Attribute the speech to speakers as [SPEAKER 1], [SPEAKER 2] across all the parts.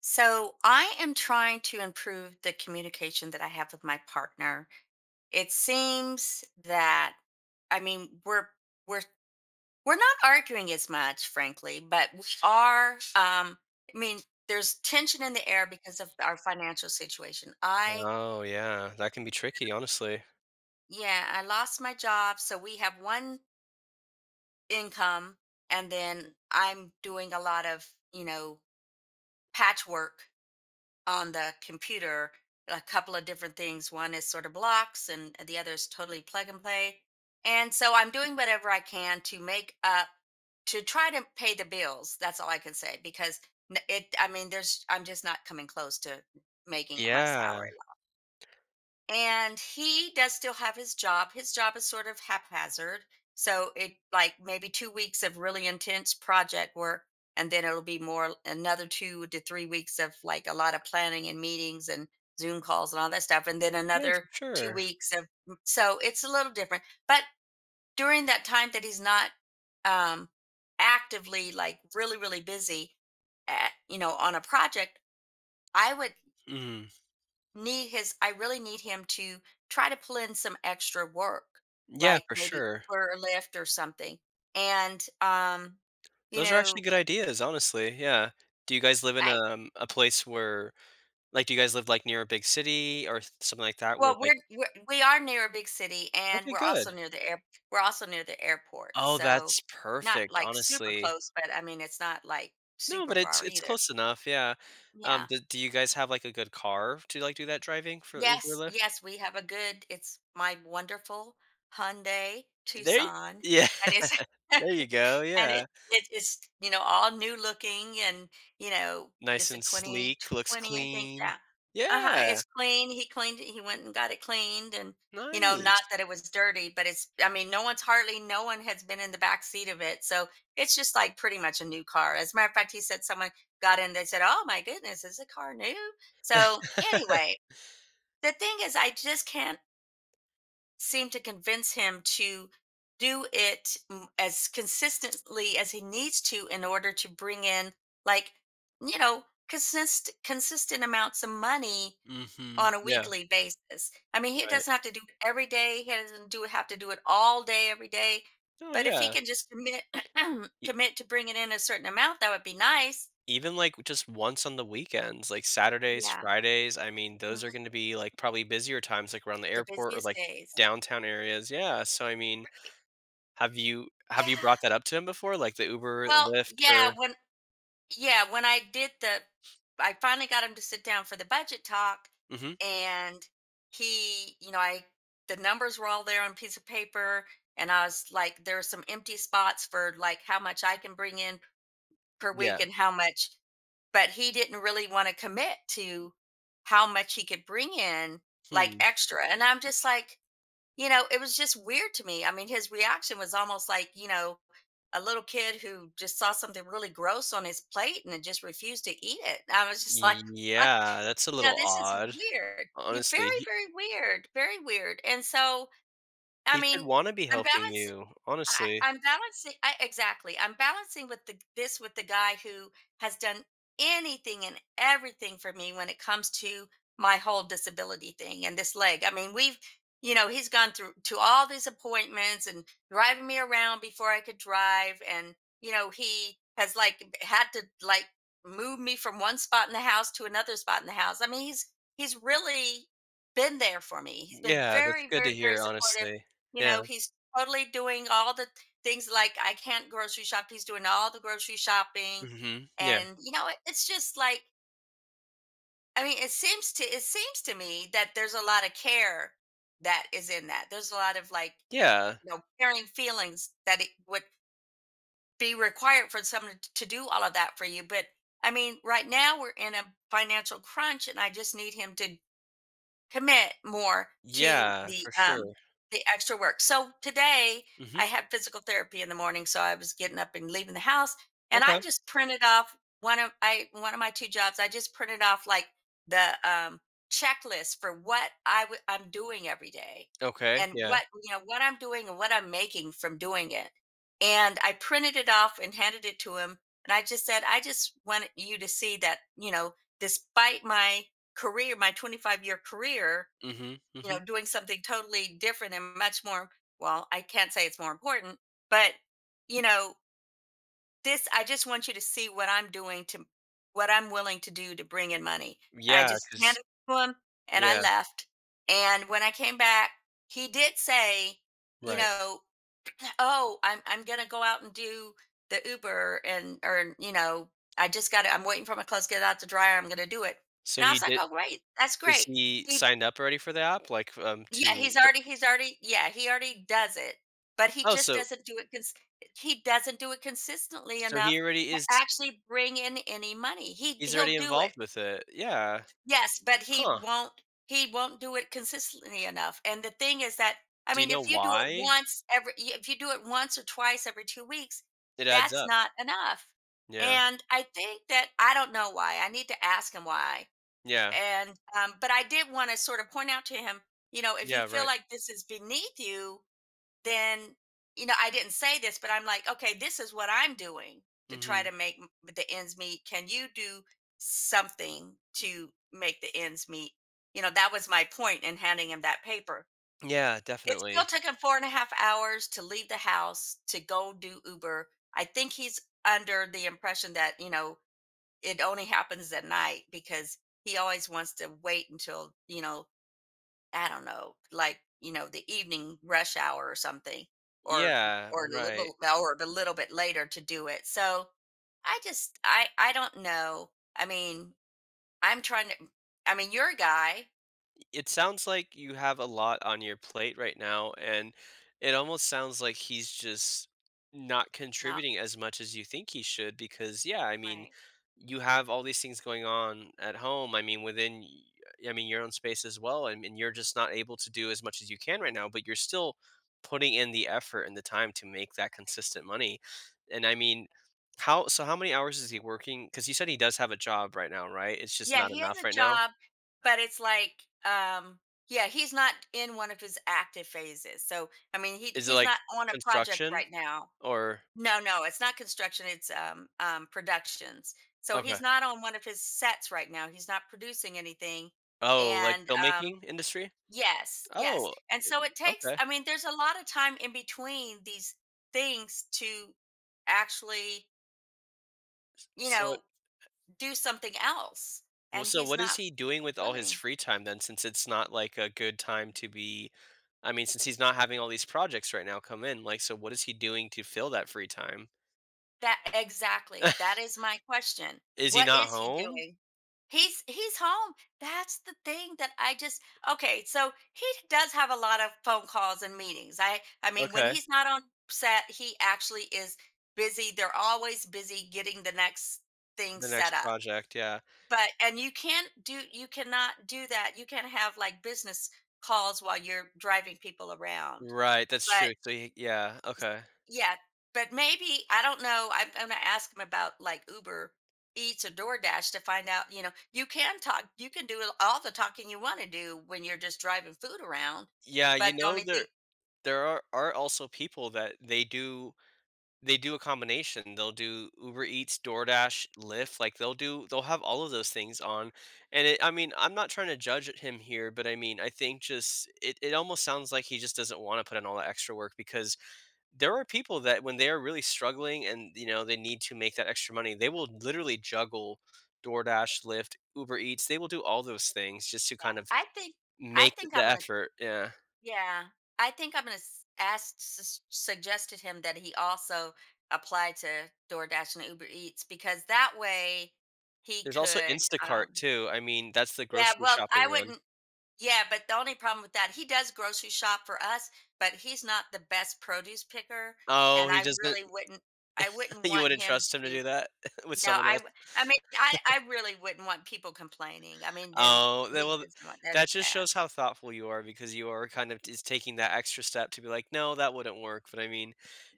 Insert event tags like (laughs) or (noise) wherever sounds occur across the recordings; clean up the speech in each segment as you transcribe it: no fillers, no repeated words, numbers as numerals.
[SPEAKER 1] So I am trying to improve the communication that I have with my partner. It seems that I mean we're we're not arguing as much, frankly, but we are. I mean, there's tension in the air because of our financial situation. I
[SPEAKER 2] Oh, yeah, that can be tricky, honestly.
[SPEAKER 1] Yeah, I lost my job, so we have one income, and then I'm doing a lot of you know patchwork on the computer a couple of different things. One is sort of blocks, and the other is totally plug and play. And so I'm doing whatever I can to make up to try to pay the bills. That's all I can say because it. I mean, there's. I'm just not coming close to making it my
[SPEAKER 2] Yeah.
[SPEAKER 1] salary. And he does still have his job. His job is sort of haphazard. So it like maybe 2 weeks of really intense project work. And then it'll be more another 2 to 3 weeks of like a lot of planning and meetings and Zoom calls and all that stuff. And then
[SPEAKER 2] Yeah,
[SPEAKER 1] another
[SPEAKER 2] for
[SPEAKER 1] two
[SPEAKER 2] sure.
[SPEAKER 1] weeks of, so it's a little different. But during that time that he's not um, actively like really, really busy at, you know, on a project, I would
[SPEAKER 2] Mm.
[SPEAKER 1] need his I really need him to try to pull in some extra work,
[SPEAKER 2] Yeah,
[SPEAKER 1] like
[SPEAKER 2] for
[SPEAKER 1] maybe
[SPEAKER 2] sure.
[SPEAKER 1] Uber or Lyft or something. And, you
[SPEAKER 2] Those are actually
[SPEAKER 1] know,
[SPEAKER 2] good ideas, honestly, yeah. Do you guys live in,
[SPEAKER 1] I
[SPEAKER 2] a place where like, do you guys live, like, near a big city or s something like that where,
[SPEAKER 1] Well,
[SPEAKER 2] like
[SPEAKER 1] we are near a big city, and
[SPEAKER 2] okay,
[SPEAKER 1] we're also
[SPEAKER 2] good.
[SPEAKER 1] near the air. We're also near the airport,
[SPEAKER 2] Oh,
[SPEAKER 1] so
[SPEAKER 2] that's
[SPEAKER 1] not
[SPEAKER 2] perfect,
[SPEAKER 1] like super
[SPEAKER 2] honestly.
[SPEAKER 1] close, but I mean, it's not like
[SPEAKER 2] No, but
[SPEAKER 1] super
[SPEAKER 2] it's
[SPEAKER 1] far
[SPEAKER 2] it's
[SPEAKER 1] either.
[SPEAKER 2] close enough, yeah.
[SPEAKER 1] Yeah.
[SPEAKER 2] Do you guys have, like, a good car to, like, do that driving for Uber
[SPEAKER 1] Yes,
[SPEAKER 2] Lyft?
[SPEAKER 1] yes, we have a good it's my wonderful Hyundai
[SPEAKER 2] There y
[SPEAKER 1] Tucson,
[SPEAKER 2] yeah,
[SPEAKER 1] and it's (laughs)
[SPEAKER 2] (laughs) there you go,
[SPEAKER 1] and
[SPEAKER 2] yeah.
[SPEAKER 1] it is, you know, all new looking and, you know,
[SPEAKER 2] Nice
[SPEAKER 1] it's a
[SPEAKER 2] and sleek, looks
[SPEAKER 1] 2020, I think,
[SPEAKER 2] clean.
[SPEAKER 1] yeah. Uh-huh,
[SPEAKER 2] Yeah.
[SPEAKER 1] it's clean, he cleaned it, he went and got it cleaned and, you know, not
[SPEAKER 2] Nice.
[SPEAKER 1] that it was dirty, but it's I mean, no one's hardly no one has been in the back seat of it, so it's just like pretty much a new car. As a matter of fact, he said someone got in, they said, "Oh my goodness, is the car new?" So
[SPEAKER 2] (laughs)
[SPEAKER 1] anyway, the thing is I just can't seem to convince him to do as consistently as he needs to in order to bring in like you know consistent amounts of money
[SPEAKER 2] Mhm.
[SPEAKER 1] on a
[SPEAKER 2] Yeah,
[SPEAKER 1] weekly basis. I mean, he
[SPEAKER 2] right.
[SPEAKER 1] doesn't have to do it every day. He doesn't do have to do it all day every day,
[SPEAKER 2] Oh,
[SPEAKER 1] but if he
[SPEAKER 2] yeah.
[SPEAKER 1] can just commit (clears throat)
[SPEAKER 2] E
[SPEAKER 1] commit to bringing in a certain amount that would be nice.
[SPEAKER 2] even, like, just once on the weekends, like, Saturdays,
[SPEAKER 1] Yeah,
[SPEAKER 2] Fridays, I mean, those are
[SPEAKER 1] mhm,
[SPEAKER 2] gonna be, like, probably busier times, like, around the
[SPEAKER 1] the
[SPEAKER 2] airport or,
[SPEAKER 1] busiest
[SPEAKER 2] like,
[SPEAKER 1] days.
[SPEAKER 2] downtown areas, yeah, so, I mean,
[SPEAKER 1] Right,
[SPEAKER 2] have you
[SPEAKER 1] yeah,
[SPEAKER 2] brought that up to him before, like, the Uber, the
[SPEAKER 1] well
[SPEAKER 2] Lyft,
[SPEAKER 1] yeah
[SPEAKER 2] or
[SPEAKER 1] when yeah, when I did the, I finally got him to sit down for the budget talk,
[SPEAKER 2] mhm,
[SPEAKER 1] and he, you know, I the numbers were all there on a piece of paper, and I was like, there are some empty spots for like how much I can bring in per
[SPEAKER 2] yeah,
[SPEAKER 1] week and how much, but he didn't really want to commit to how much he could bring in like
[SPEAKER 2] hmm.
[SPEAKER 1] extra, and I'm just like, you know, it was just weird to me. I mean, his reaction was almost like, you know, a little kid who just saw something really gross on his plate and just refused to eat it. I was just (laughs) like, "What?
[SPEAKER 2] Yeah, that's a
[SPEAKER 1] Now
[SPEAKER 2] little
[SPEAKER 1] this is
[SPEAKER 2] odd.
[SPEAKER 1] weird. You're very,
[SPEAKER 2] Honestly,
[SPEAKER 1] very weird. Very weird." And so, I
[SPEAKER 2] he should
[SPEAKER 1] mean,
[SPEAKER 2] wanna be
[SPEAKER 1] I'm glad
[SPEAKER 2] helping you,
[SPEAKER 1] I
[SPEAKER 2] honestly.
[SPEAKER 1] I'm balancing I exactly. I'm balancing with the this with the guy who has done anything and everything for me when it comes to my whole disability thing and this leg. I mean, we've you know, he's gone through to all these appointments and driving me around before I could drive and you know, he has like had to like move me from one spot in the house to another spot in the house. I mean, he's really been there for me. He's been
[SPEAKER 2] Yeah, that's
[SPEAKER 1] very,
[SPEAKER 2] good to
[SPEAKER 1] very, very
[SPEAKER 2] hear,
[SPEAKER 1] supportive,
[SPEAKER 2] honestly.
[SPEAKER 1] you
[SPEAKER 2] Yeah.
[SPEAKER 1] know, he's totally doing all the things like I can't grocery shop. He's doing all the grocery shopping,
[SPEAKER 2] Mhm, yeah.
[SPEAKER 1] and you know, it's just like I mean, it seems to me that there's a lot of care that is in that. There's a lot of like
[SPEAKER 2] Yeah.
[SPEAKER 1] you know caring feelings that it would be required for someone to do all of that for you. But I mean, right now we're in a financial crunch, and I just need him to commit more to
[SPEAKER 2] Yeah, for sure.
[SPEAKER 1] the extra work. So today
[SPEAKER 2] Mhm.
[SPEAKER 1] I had physical therapy in the morning, so I was getting up and leaving the house, and I
[SPEAKER 2] Okay.
[SPEAKER 1] just printed off one of my 2 jobs, I just printed off like the, checklist for what I'm doing every day
[SPEAKER 2] Okay,
[SPEAKER 1] and
[SPEAKER 2] yeah.
[SPEAKER 1] what, you know, what I'm doing and what I'm making from doing it. And I printed it off and handed it to him, and I just said, "I just want you to see that, you know, despite my career, my 25-year career,
[SPEAKER 2] Mhm,
[SPEAKER 1] you
[SPEAKER 2] mhm.
[SPEAKER 1] know, doing something totally different and much more. Well, I can't say it's more important, but, you know, this, I just want you to see what I'm doing to what I'm willing to do to bring in money. And I
[SPEAKER 2] Yeah,
[SPEAKER 1] just
[SPEAKER 2] 'cause
[SPEAKER 1] handed it to him and I
[SPEAKER 2] yeah,
[SPEAKER 1] left. And when I came back, he did say, you
[SPEAKER 2] right.
[SPEAKER 1] know, oh, I'm gonna go out and do the Uber and or you know, I'm waiting for my clothes to get out the dryer. I'm gonna do it.
[SPEAKER 2] So
[SPEAKER 1] And I
[SPEAKER 2] he
[SPEAKER 1] was like,
[SPEAKER 2] did
[SPEAKER 1] oh great, that's
[SPEAKER 2] is
[SPEAKER 1] great.
[SPEAKER 2] he
[SPEAKER 1] He
[SPEAKER 2] signed up already for the app? Like,
[SPEAKER 1] yeah,
[SPEAKER 2] to dr
[SPEAKER 1] he's already yeah, he already does it, but he
[SPEAKER 2] oh,
[SPEAKER 1] just
[SPEAKER 2] so
[SPEAKER 1] doesn't do he doesn't do it consistently
[SPEAKER 2] so he
[SPEAKER 1] enough
[SPEAKER 2] already
[SPEAKER 1] to
[SPEAKER 2] is
[SPEAKER 1] actually bring in any money. He
[SPEAKER 2] he's
[SPEAKER 1] he'll
[SPEAKER 2] already
[SPEAKER 1] do it.
[SPEAKER 2] involved with it. Yeah.
[SPEAKER 1] Yes, but
[SPEAKER 2] Huh.
[SPEAKER 1] he won't do it consistently enough. And the thing is that I
[SPEAKER 2] Do you
[SPEAKER 1] mean,
[SPEAKER 2] know
[SPEAKER 1] if you do it
[SPEAKER 2] why?
[SPEAKER 1] if you do it once or twice every 2 weeks,
[SPEAKER 2] It adds
[SPEAKER 1] that's
[SPEAKER 2] up.
[SPEAKER 1] not enough.
[SPEAKER 2] Yeah.
[SPEAKER 1] And I think that I don't know why. I need to ask him why.
[SPEAKER 2] Yeah.
[SPEAKER 1] And but I did want to sort of point out to him, you know, if you
[SPEAKER 2] Yeah,
[SPEAKER 1] feel
[SPEAKER 2] right.
[SPEAKER 1] like this is beneath you, then you know I didn't say this but I'm like okay this is what I'm doing to try
[SPEAKER 2] Mhm.
[SPEAKER 1] to the ends meet. Can you do something to make the ends meet? You know, that was my point in handing him that paper.
[SPEAKER 2] Yeah,
[SPEAKER 1] It still
[SPEAKER 2] definitely.
[SPEAKER 1] took him 4.5 hours to leave the house to go do Uber. I think he's under the impression that you know it only happens at night because he always wants to wait until you know I don't know, like, you know, the evening rush hour or something, or
[SPEAKER 2] Yeah, right.
[SPEAKER 1] or a little bit later to do it. So I don't know. I mean, I'm trying to I mean, you're a guy,
[SPEAKER 2] It sounds like you have a lot on your plate right now, and it almost sounds like he's just not
[SPEAKER 1] not
[SPEAKER 2] contributing as much as you think he should because yeah, I mean
[SPEAKER 1] right.
[SPEAKER 2] you have all these things going on at home, I mean within y- I mean your own space as well, and you're just not able to do as much as you can right now, but you're still putting in the effort and the time to make that consistent money. And how so how many hours is he working? Because you said he does have a job right now, right? It's just
[SPEAKER 1] Yeah,
[SPEAKER 2] not
[SPEAKER 1] he has
[SPEAKER 2] enough
[SPEAKER 1] a
[SPEAKER 2] right now.
[SPEAKER 1] job, but it's like yeah, he's not in one of his active phases. So I mean,
[SPEAKER 2] Is it
[SPEAKER 1] he's
[SPEAKER 2] like
[SPEAKER 1] not on a project
[SPEAKER 2] construction?
[SPEAKER 1] right now.
[SPEAKER 2] Or
[SPEAKER 1] No, no, it's not construction, it's, productions. So
[SPEAKER 2] okay.
[SPEAKER 1] he's not on one of his sets right now, he's not producing anything,
[SPEAKER 2] Oh, like
[SPEAKER 1] and, um
[SPEAKER 2] filmmaking industry?
[SPEAKER 1] yes, yes,
[SPEAKER 2] Oh,
[SPEAKER 1] and so it takes
[SPEAKER 2] okay.
[SPEAKER 1] I mean, there's a lot of time in between these things to actually, you
[SPEAKER 2] So what
[SPEAKER 1] know, do something else,
[SPEAKER 2] well,
[SPEAKER 1] and
[SPEAKER 2] so
[SPEAKER 1] he's
[SPEAKER 2] what is
[SPEAKER 1] not
[SPEAKER 2] he doing with all his
[SPEAKER 1] willing.
[SPEAKER 2] free time then, since it's not like a good time to be I mean, since he's not having all these projects right now come in, like so what is he doing to fill that free time?
[SPEAKER 1] That exactly,
[SPEAKER 2] (laughs)
[SPEAKER 1] that is my question.
[SPEAKER 2] Is he
[SPEAKER 1] What
[SPEAKER 2] not
[SPEAKER 1] is he
[SPEAKER 2] home?
[SPEAKER 1] doing? He's home. That's the thing that I just okay, so he does have a lot of phone calls and meetings. I mean when
[SPEAKER 2] Okay.
[SPEAKER 1] he's not on set, he actually is busy. They're always busy getting the next thing
[SPEAKER 2] The
[SPEAKER 1] set
[SPEAKER 2] next
[SPEAKER 1] up.
[SPEAKER 2] project, yeah.
[SPEAKER 1] But and you can't do you cannot do that. You can't have like business calls while you're driving people around.
[SPEAKER 2] Right, that's
[SPEAKER 1] But.
[SPEAKER 2] true. So he yeah, okay.
[SPEAKER 1] Yeah, but maybe I don't know. I'm gonna ask him about like Uber Eats or DoorDash to find out. You know, you can talk. You can do all the talking you want to do when you're just driving food around.
[SPEAKER 2] Yeah, you
[SPEAKER 1] But the
[SPEAKER 2] know
[SPEAKER 1] only thing,
[SPEAKER 2] there are also people that they do they do a combination. They'll do Uber Eats, DoorDash, Lyft, like they'll have all of those things on. And I mean, I'm not trying to judge at him here, but I mean, I think just it almost sounds like he just doesn't want to put in all that extra work, because there are people that when they are really struggling and you know they need to make that extra money, they will literally juggle DoorDash, Lyft, Uber Eats. They will do all those things just to kind
[SPEAKER 1] yeah,
[SPEAKER 2] of
[SPEAKER 1] I
[SPEAKER 2] make
[SPEAKER 1] think
[SPEAKER 2] the
[SPEAKER 1] I'm gonna.
[SPEAKER 2] effort. Yeah.
[SPEAKER 1] Yeah, I think I'm gonna suggested him that he also apply to DoorDash and Uber Eats because that way he
[SPEAKER 2] There's also
[SPEAKER 1] could.
[SPEAKER 2] Instacart
[SPEAKER 1] um
[SPEAKER 2] too. I mean, that's the
[SPEAKER 1] Yeah,
[SPEAKER 2] grocery
[SPEAKER 1] well, I
[SPEAKER 2] shopping one.
[SPEAKER 1] wouldn't. Yeah, but the only problem with that, he does grocery shop for us, but he's not the best produce picker,
[SPEAKER 2] Oh,
[SPEAKER 1] and
[SPEAKER 2] he
[SPEAKER 1] I
[SPEAKER 2] doesn't
[SPEAKER 1] really wouldn't I
[SPEAKER 2] (laughs)
[SPEAKER 1] wouldn't
[SPEAKER 2] You
[SPEAKER 1] want
[SPEAKER 2] wouldn't
[SPEAKER 1] him
[SPEAKER 2] trust him to
[SPEAKER 1] to
[SPEAKER 2] do that (laughs) with
[SPEAKER 1] no,
[SPEAKER 2] someone else?
[SPEAKER 1] I mean, I really wouldn't want people complaining. I mean, then
[SPEAKER 2] Oh, then,
[SPEAKER 1] he
[SPEAKER 2] well,
[SPEAKER 1] doesn't want that's
[SPEAKER 2] that just
[SPEAKER 1] bad.
[SPEAKER 2] shows how thoughtful you are, because you are kind of is taking that extra step to be like, "No, that wouldn't work." But I mean,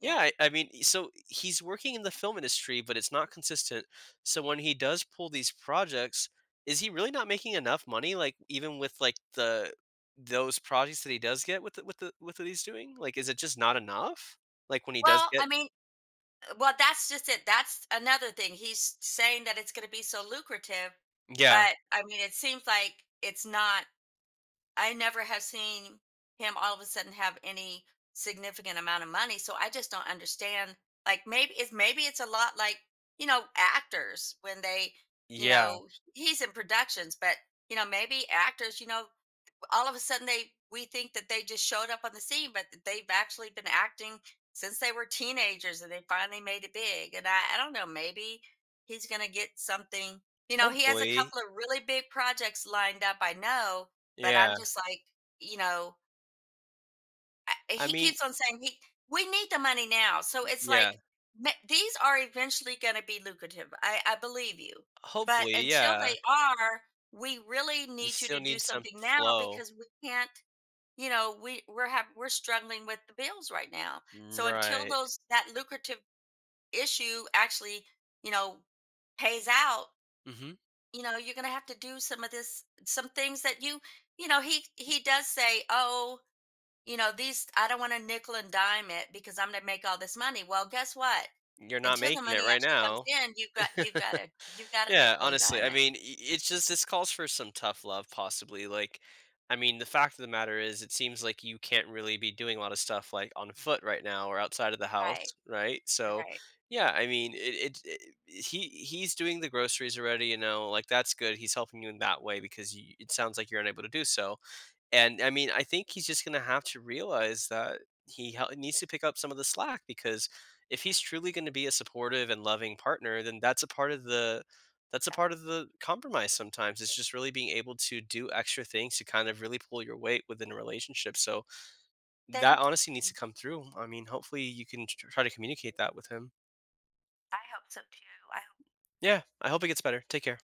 [SPEAKER 2] yeah,
[SPEAKER 1] Yeah.
[SPEAKER 2] I mean, so he's working in the film industry, but it's not consistent. So when he does pull these projects, is he really not making enough money, like, even with, like, the those projects that he does get with the with the with what he's doing? Like, is it just not enough? Like, when he does
[SPEAKER 1] Well,
[SPEAKER 2] get
[SPEAKER 1] I mean, well, that's just it. That's another thing. He's saying that it's going to be so lucrative,
[SPEAKER 2] yeah.
[SPEAKER 1] but I mean, it seems like it's not I never have seen him all of a sudden have any significant amount of money. So I just don't understand. Maybe it's a lot like, you know, actors when they, you
[SPEAKER 2] Yeah.
[SPEAKER 1] know, he's in productions, but you know, maybe actors, you know, all of a sudden they we think that they just showed up on the scene but they've actually been acting since they were teenagers and they finally made it big and I don't know maybe he's going to get something you know he has a
[SPEAKER 2] Hopefully.
[SPEAKER 1] couple of really big projects lined up I know but I'm
[SPEAKER 2] Yeah.
[SPEAKER 1] just like you know
[SPEAKER 2] I
[SPEAKER 1] he
[SPEAKER 2] mean
[SPEAKER 1] keeps on saying he we need the money now so it's
[SPEAKER 2] yeah.
[SPEAKER 1] like these are eventually going to be lucrative. I believe you but
[SPEAKER 2] Hopefully,
[SPEAKER 1] until they
[SPEAKER 2] yeah.
[SPEAKER 1] are we really
[SPEAKER 2] You
[SPEAKER 1] need you
[SPEAKER 2] still
[SPEAKER 1] to do
[SPEAKER 2] need some
[SPEAKER 1] something now
[SPEAKER 2] flow.
[SPEAKER 1] because we can't you know we we're have we're struggling with the bills right now
[SPEAKER 2] Mm,
[SPEAKER 1] so until
[SPEAKER 2] right.
[SPEAKER 1] those that lucrative issue actually you know pays out,
[SPEAKER 2] Mhm.
[SPEAKER 1] you know, you're going to have to do some of this some things that you know he does say oh you know these I don't want to nickel and dime it because I'm going to make all this money. Well guess what,
[SPEAKER 2] You're not
[SPEAKER 1] until the
[SPEAKER 2] making it
[SPEAKER 1] money
[SPEAKER 2] right
[SPEAKER 1] actually comes
[SPEAKER 2] now.
[SPEAKER 1] in you've got to
[SPEAKER 2] Yeah,
[SPEAKER 1] nickel and
[SPEAKER 2] honestly,
[SPEAKER 1] dime
[SPEAKER 2] I
[SPEAKER 1] it.
[SPEAKER 2] mean, I it's just this calls for some tough love possibly, like, I mean, the fact of the matter is it seems like you can't really be doing a lot of stuff, like, on foot right now or outside of the house,
[SPEAKER 1] right
[SPEAKER 2] right? So,
[SPEAKER 1] right
[SPEAKER 2] yeah, I mean, it he he's doing the groceries already, you know, like, that's good, he's helping you in that way because you it sounds like you're unable to do so. And I mean, I think he's just gonna have to realize that he ha- needs to pick up some of the slack, because if he's
[SPEAKER 1] right.
[SPEAKER 2] truly going to be a supportive and loving partner, then that's a
[SPEAKER 1] That-
[SPEAKER 2] part of the compromise. Sometimes it's just really being able to do extra things to kind of really pull your weight within a relationship, so that
[SPEAKER 1] Thank
[SPEAKER 2] honestly needs
[SPEAKER 1] you.
[SPEAKER 2] to come through. I mean, hopefully you can tr- try to communicate that with him.
[SPEAKER 1] I hope so too, I
[SPEAKER 2] Yeah, I hope it gets better. Take care.